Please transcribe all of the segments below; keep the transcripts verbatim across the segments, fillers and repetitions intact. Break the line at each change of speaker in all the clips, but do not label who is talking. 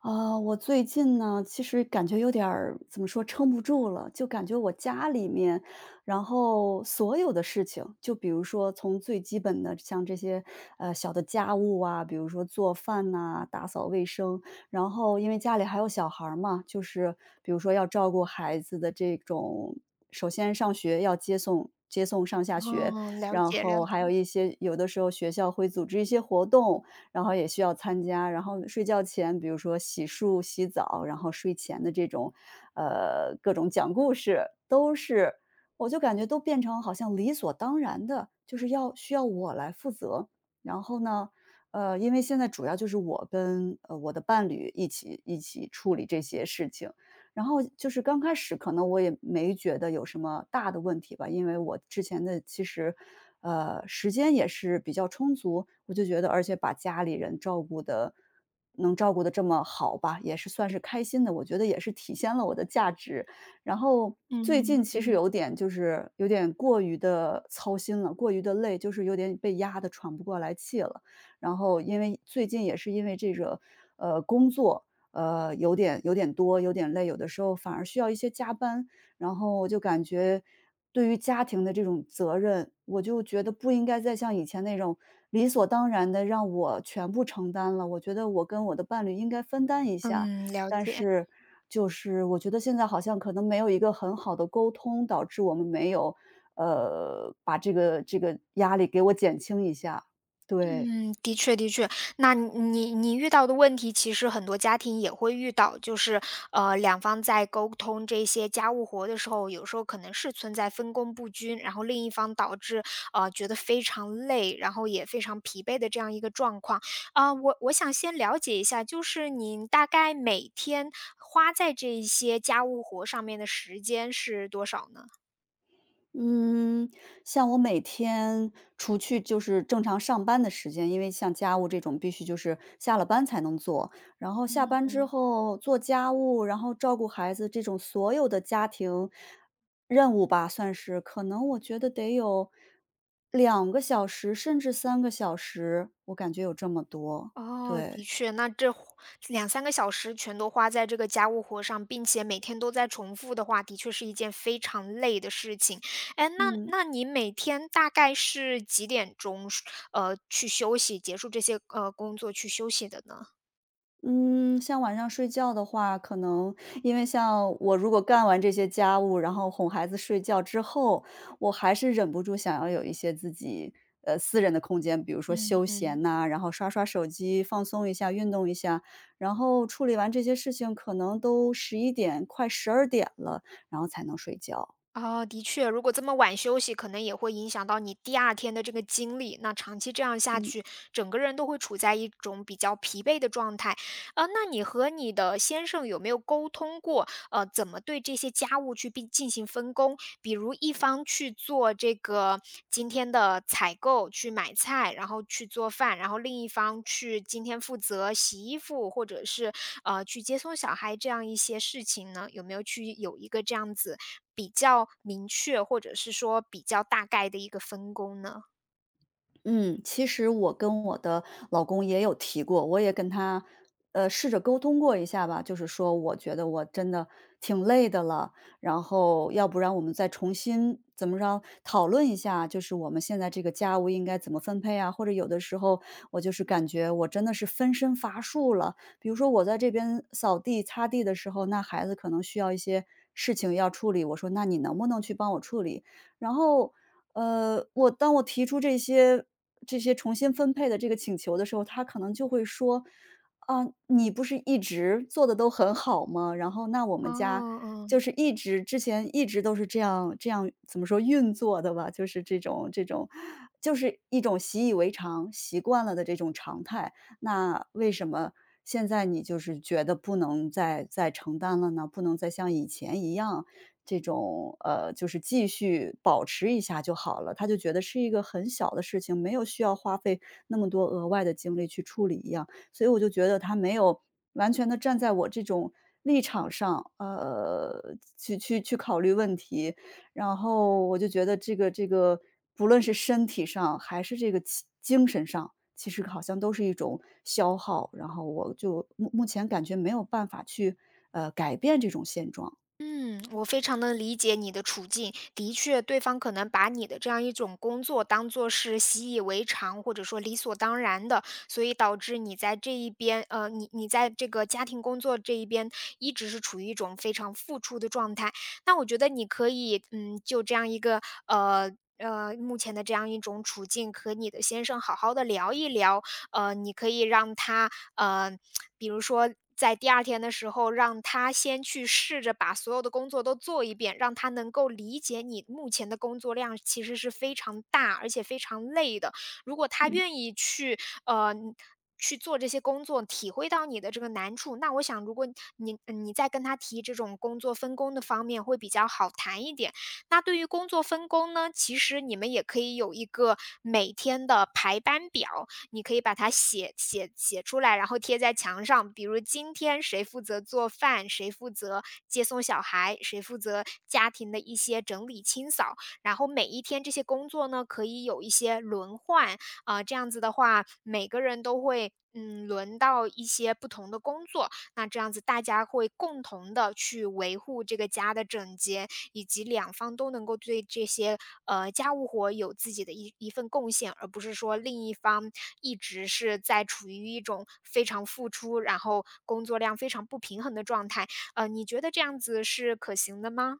啊，我最近呢，其实感觉有点儿怎么说，撑不住了，就感觉我家里面，然后所有的事情，就比如说从最基本的像这些呃小的家务啊，比如说做饭呐、打扫卫生，然后因为家里还有小孩儿嘛，就是比如说要照顾孩子的这种，首先上学要接送。接送上下学，
嗯，了
然
解了
后还有
解，
一些有的时候学校会组织一些活动，然后也需要参加。然后睡觉前，比如说洗漱、洗澡，然后睡前的这种，呃，各种讲故事，都是我就感觉都变成好像理所当然的，就是要需要我来负责。然后呢，呃，因为现在主要就是我跟呃我的伴侣一起一起处理这些事情，然后就是刚开始可能我也没觉得有什么大的问题吧，因为我之前的其实，呃，时间也是比较充足，我就觉得而且把家里人照顾的能照顾的这么好吧，也是算是开心的，我觉得也是体现了我的价值。然后最
嗯
近其实
嗯
有点就是有点过于的操心了，过于的累，就是有点被压得喘不过来气了。然后因为最近也是因为这个，呃，工作呃，有点有点多，有点累，有的时候反而需要一些加班。然后我就感觉对于家庭的这种责任，我就觉得不应该再像以前那种理所当然的让我全部承担了。我觉得我跟我的伴侣应该分担一下，
嗯，了
但
解，
是就是我觉得现在好像可能没有一个很好的沟通，导致我们没有呃把这个这个压力给我减轻一下。对，
嗯，的确的确，那你你遇到的问题，其实很多家庭也会遇到，就是呃，两方在沟通这些家务活的时候，有时候可能是存在分工不均，然后另一方导致呃觉得非常累，然后也非常疲惫的这样一个状况啊，我我想先了解一下，就是您大概每天花在这一些家务活上面的时间是多少呢？
嗯，像我每天除去就是正常上班的时间，因为像家务这种必须就是下了班才能做，然后下班之后做家务，然后照顾孩子这种所有的家庭任务吧，算是可能我觉得得有两个小时，甚至三个小时，我感觉有这么多，
哦，的
对，
确，那这花两三个小时全都花在这个家务活上，并且每天都在重复的话，的确是一件非常累的事情。哎，那
嗯。
那你每天大概是几点钟，呃，去休息，结束这些，呃，工作去休息的呢？
嗯，像晚上睡觉的话，可能因为像我如果干完这些家务，然后哄孩子睡觉之后，我还是忍不住想要有一些自己呃私人的空间，比如说
嗯
休闲
嗯。
呐、然后刷刷手机，放松一下，运动一下，然后处理完这些事情，可能都十一点快十二点了，然后才能睡觉。
哦，的确，如果这么晚休息，可能也会影响到你第二天的这个精力。那长期这样下
嗯。
去，整个人都会处在一种比较疲惫的状态。呃，那你和你的先生有没有沟通过？呃，怎么对这些家务去并进行分工？比如一方去做这个今天的采购，去买菜，然后去做饭，然后另一方去今天负责洗衣服，或者是呃去接送小孩这样一些事情呢？有没有去有一个这样子？比较明确，或者是说比较大概的一个分工呢？
嗯，其实我跟我的老公也有提过，我也跟他，呃，试着沟通过一下吧，就是说我觉得我真的挺累的了，然后要不然我们再重新怎么着讨论一下，就是我们现在这个家务应该怎么分配啊？或者有的时候我就是感觉我真的是分身乏术了，比如说我在这边扫地、擦地的时候，那孩子可能需要一些事情要处理，我说那你能不能去帮我处理？然后，呃，我当我提出这些这些重新分配的这个请求的时候，他可能就会说："啊，你不是一直做的都很好吗？然后那我
哦，
们家就
嗯。
是一直之前一直都是这样这样怎么说运作的吧，就是这种这种就是一种习以为常、习惯了的这种常态，那为什么现在你就是觉得不能再再承担了呢？不能再像以前一样这种呃，就是继续保持一下就好了。他就觉得是一个很小的事情，没有需要花费那么多额外的精力去处理一样。所以我就觉得他没有完全的站在我这种立场上，呃，去去去考虑问题。然后我就觉得这个这个不论是身体上还是这个其精神上，其实好像都是一种消耗，然后我就目目前感觉没有办法去，呃，改变这种现状。
嗯，我非常能理解你的处境。的确，对方可能把你的这样一种工作当做是习以为常，或者说理所当然的，所以导致你在这一边，呃，你你在这个家庭工作这一边一直是处于一种非常付出的状态。那我觉得你可以，嗯，就这样一个，呃，呃，目前的这样一种处境，和你的先生好好的聊一聊，呃，你可以让他呃，比如说在第二天的时候，让他先去试着把所有的工作都做一遍，让他能够理解你目前的工作量其实是非常大，而且非常累的。如果他愿意去呃。去做这些工作，体会到你的这个难处，那我想，如果你你再跟他提这种工作分工的方面，会比较好谈一点。那对于工作分工呢，其实你们也可以有一个每天的排班表，你可以把它写写写出来，然后贴在墙上。比如今天谁负责做饭，谁负责接送小孩，谁负责家庭的一些整理清扫。然后每一天这些工作呢，可以有一些轮换啊、呃这样子的话，每个人都会嗯轮到一些不同的工作。那这样子大家会共同的去维护这个家的整洁，以及两方都能够对这些，呃，家务活有自己的一一份贡献，而不是说另一方一直是在处于一种非常付出，然后工作量非常不平衡的状态。呃，你觉得这样子是可行的吗？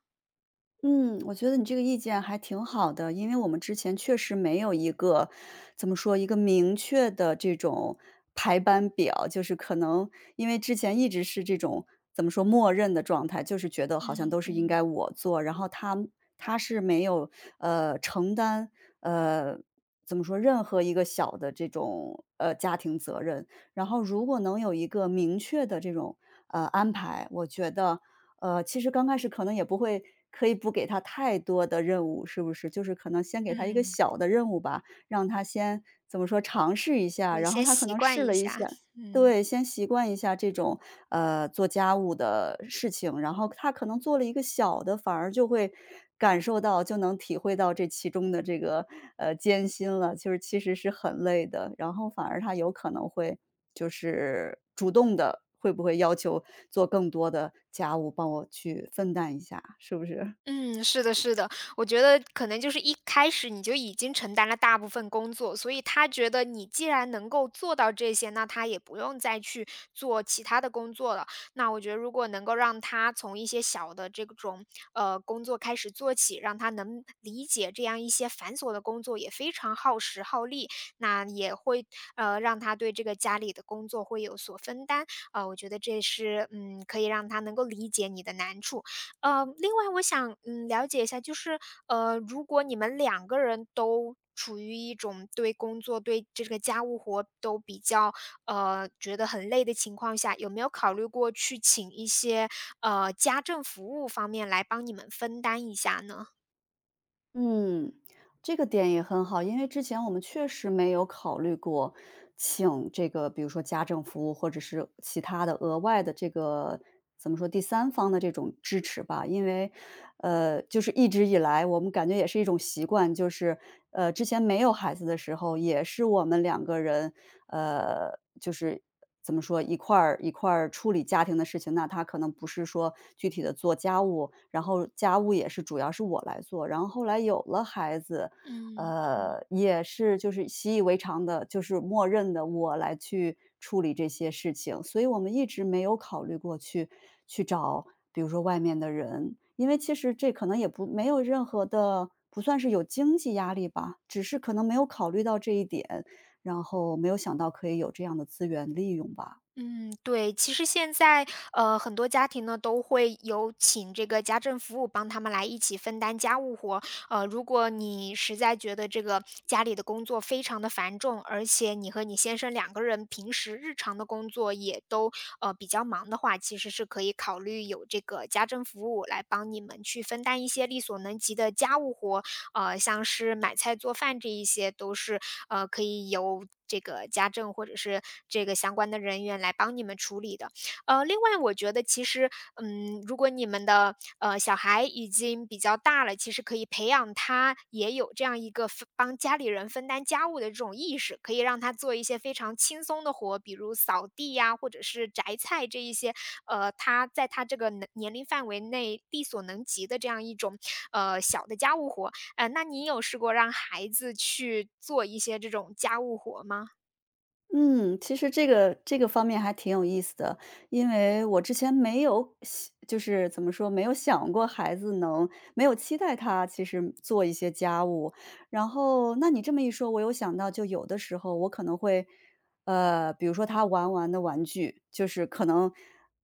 嗯，我觉得你这个意见还挺好的，因为我们之前确实没有一个怎么说，一个明确的这种排班表，就是可能因为之前一直是这种怎么说，默认的状态，就是觉得好像
嗯
都是应
嗯
该我做，然后他他是没有，呃，承担，呃，怎么说，任何一个小的这种，呃，家庭责任。然后如果能有一个明确的这种，呃，安排，我觉得呃，其实刚开始可能也不会可以不给他太多的任务，是不是？就是可能先给他一个
嗯。
小的任务吧，让他先怎么说尝试一下，
你
然后
先
他可
习
能
惯
试
一
了一
下，
下
嗯。
对，先习惯一下这种，呃，做家务的事情，然后他可能做了一个小的，反而就会感受到，就能体会到这其中的这个，呃，艰辛了，就是其实是很累的，然后反而他有可能会就是主动的，会不会要求做更多的家务，帮我去分担一下，是不是？
嗯，是的，是的，我觉得可能就是一开始你就已经承担了大部分工作，所以他觉得你既然能够做到这些，那他也不用再去做其他的工作了。那我觉得如果能够让他从一些小的这种呃工作开始做起，让他能理解这样一些繁琐的工作也非常耗时耗力，那也会呃让他对这个家里的工作会有所分担。呃，我觉得这是嗯可以让他能够理解你的难处。呃，另外我想，嗯，了解一下，就是，呃，如果你们两个人都处于一种对工作、对这个家务活都比较，呃，觉得很累的情况下，有没有考虑过去请一些，呃，家政服务方面来帮你们分担一下呢？
嗯。这个点也很好，因为之前我们确实没有考虑过请这个，比如说家政服务或者是其他的额外的这个怎么说第三方的这种支持吧。因为，呃，就是一直以来我们感觉也是一种习惯，就是呃之前没有孩子的时候，也是我们两个人，呃，就是怎么说一块儿一块儿处理家庭的事情。那他可能不是说具体的做家务，然后家务也是主要是我来做。然后后来有了孩子。
嗯嗯
呃，也是就是习以为常的，就是默认的我来去处理这些事情，所以我们一直没有考虑过去去找，比如说外面的人，因为其实这可能也不没有任何的，不算是有经济压力吧，只是可能没有考虑到这一点，然后没有想到可以有这样的资源利用吧。
嗯，对，其实现在呃，很多家庭呢都会有请这个家政服务帮他们来一起分担家务活，呃，如果你实在觉得这个家里的工作非常的繁重，而且你和你先生两个人平时日常的工作也都呃比较忙的话，其实是可以考虑有这个家政服务来帮你们去分担一些力所能及的家务活，呃，像是买菜、做饭这一些都是呃可以由这个家政或者是这个相关的人员来帮你们处理的。呃，另外我觉得其实，嗯，如果你们的，呃，小孩已经比较大了，其实可以培养他也有这样一个分帮家里人分担家务的这种意识，可以让他做一些非常轻松的活，比如扫地呀，或者是摘菜这一些，呃，他在他这个能年龄范围内力所能及的这样一种，呃，小的家务活。呃，那你有试过让孩子去做一些这种家务活吗？
嗯，其实这个这个方面还挺有意思的，因为我之前没有想就是怎么说，没有想过孩子能没有期待他其实做一些家务。然后，那你这么一说，我有想到，就有的时候我可能会，呃，比如说他玩完的玩具，就是可能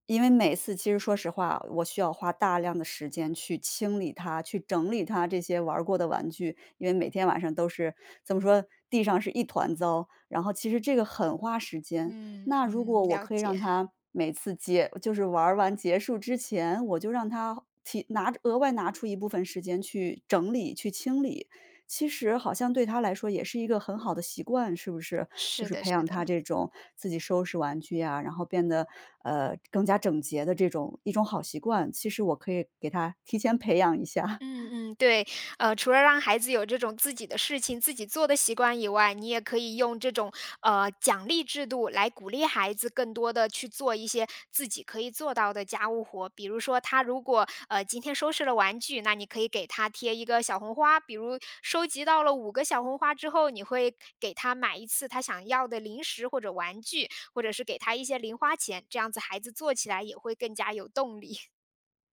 因为每次其实说实话，我需要花大量的时间去清理它，去整理它这些玩儿过的玩具，因为每天晚上都是怎么说，地上是一团糟，然后其实这个很花时间。
嗯，
那如
嗯，
果我
了
可以让
解，
他每次结就是玩儿完结束之前，我就让他提拿额外拿出一部分时间去整理、去清理，其实好像对他来说也是一个很好的习惯，是不是？就
是
是
的
培
是
养他
的。
这种自己收拾玩具呀，然后变得，呃，更加整洁的这种一种好习惯，其实我可以给他提前培养一下。
嗯嗯，对，呃，除了让孩子有这种自己的事情自己做的习惯以外，你也可以用这种呃奖励制度来鼓励孩子更多的去做一些自己可以做到的家务活。比如说，他如果呃今天收拾了玩具，那你可以给他贴一个小红花。比如收集到了五个小红花之后，你会给他买一次他想要的零食或者玩具，或者是给他一些零花钱，这样子孩子做起来也会更加有动力。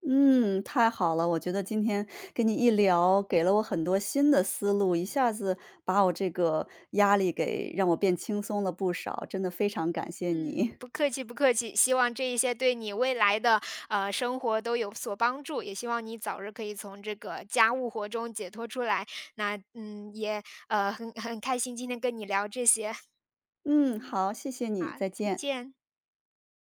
嗯，太好了，我觉得今天跟你一聊，给了我很多新的思路，一下子把我这个压力给让我变轻松了不少，真的非常感谢
嗯，
你。
不 客气不客气，希望这一些对你未来的呃生活都有所帮助，也希望你早日可以从这个家务活中解脱出来。那嗯，也呃很很开心今天跟你聊这些，
嗯，
嗯，
好，谢谢你，
好，
再
再
见。
见。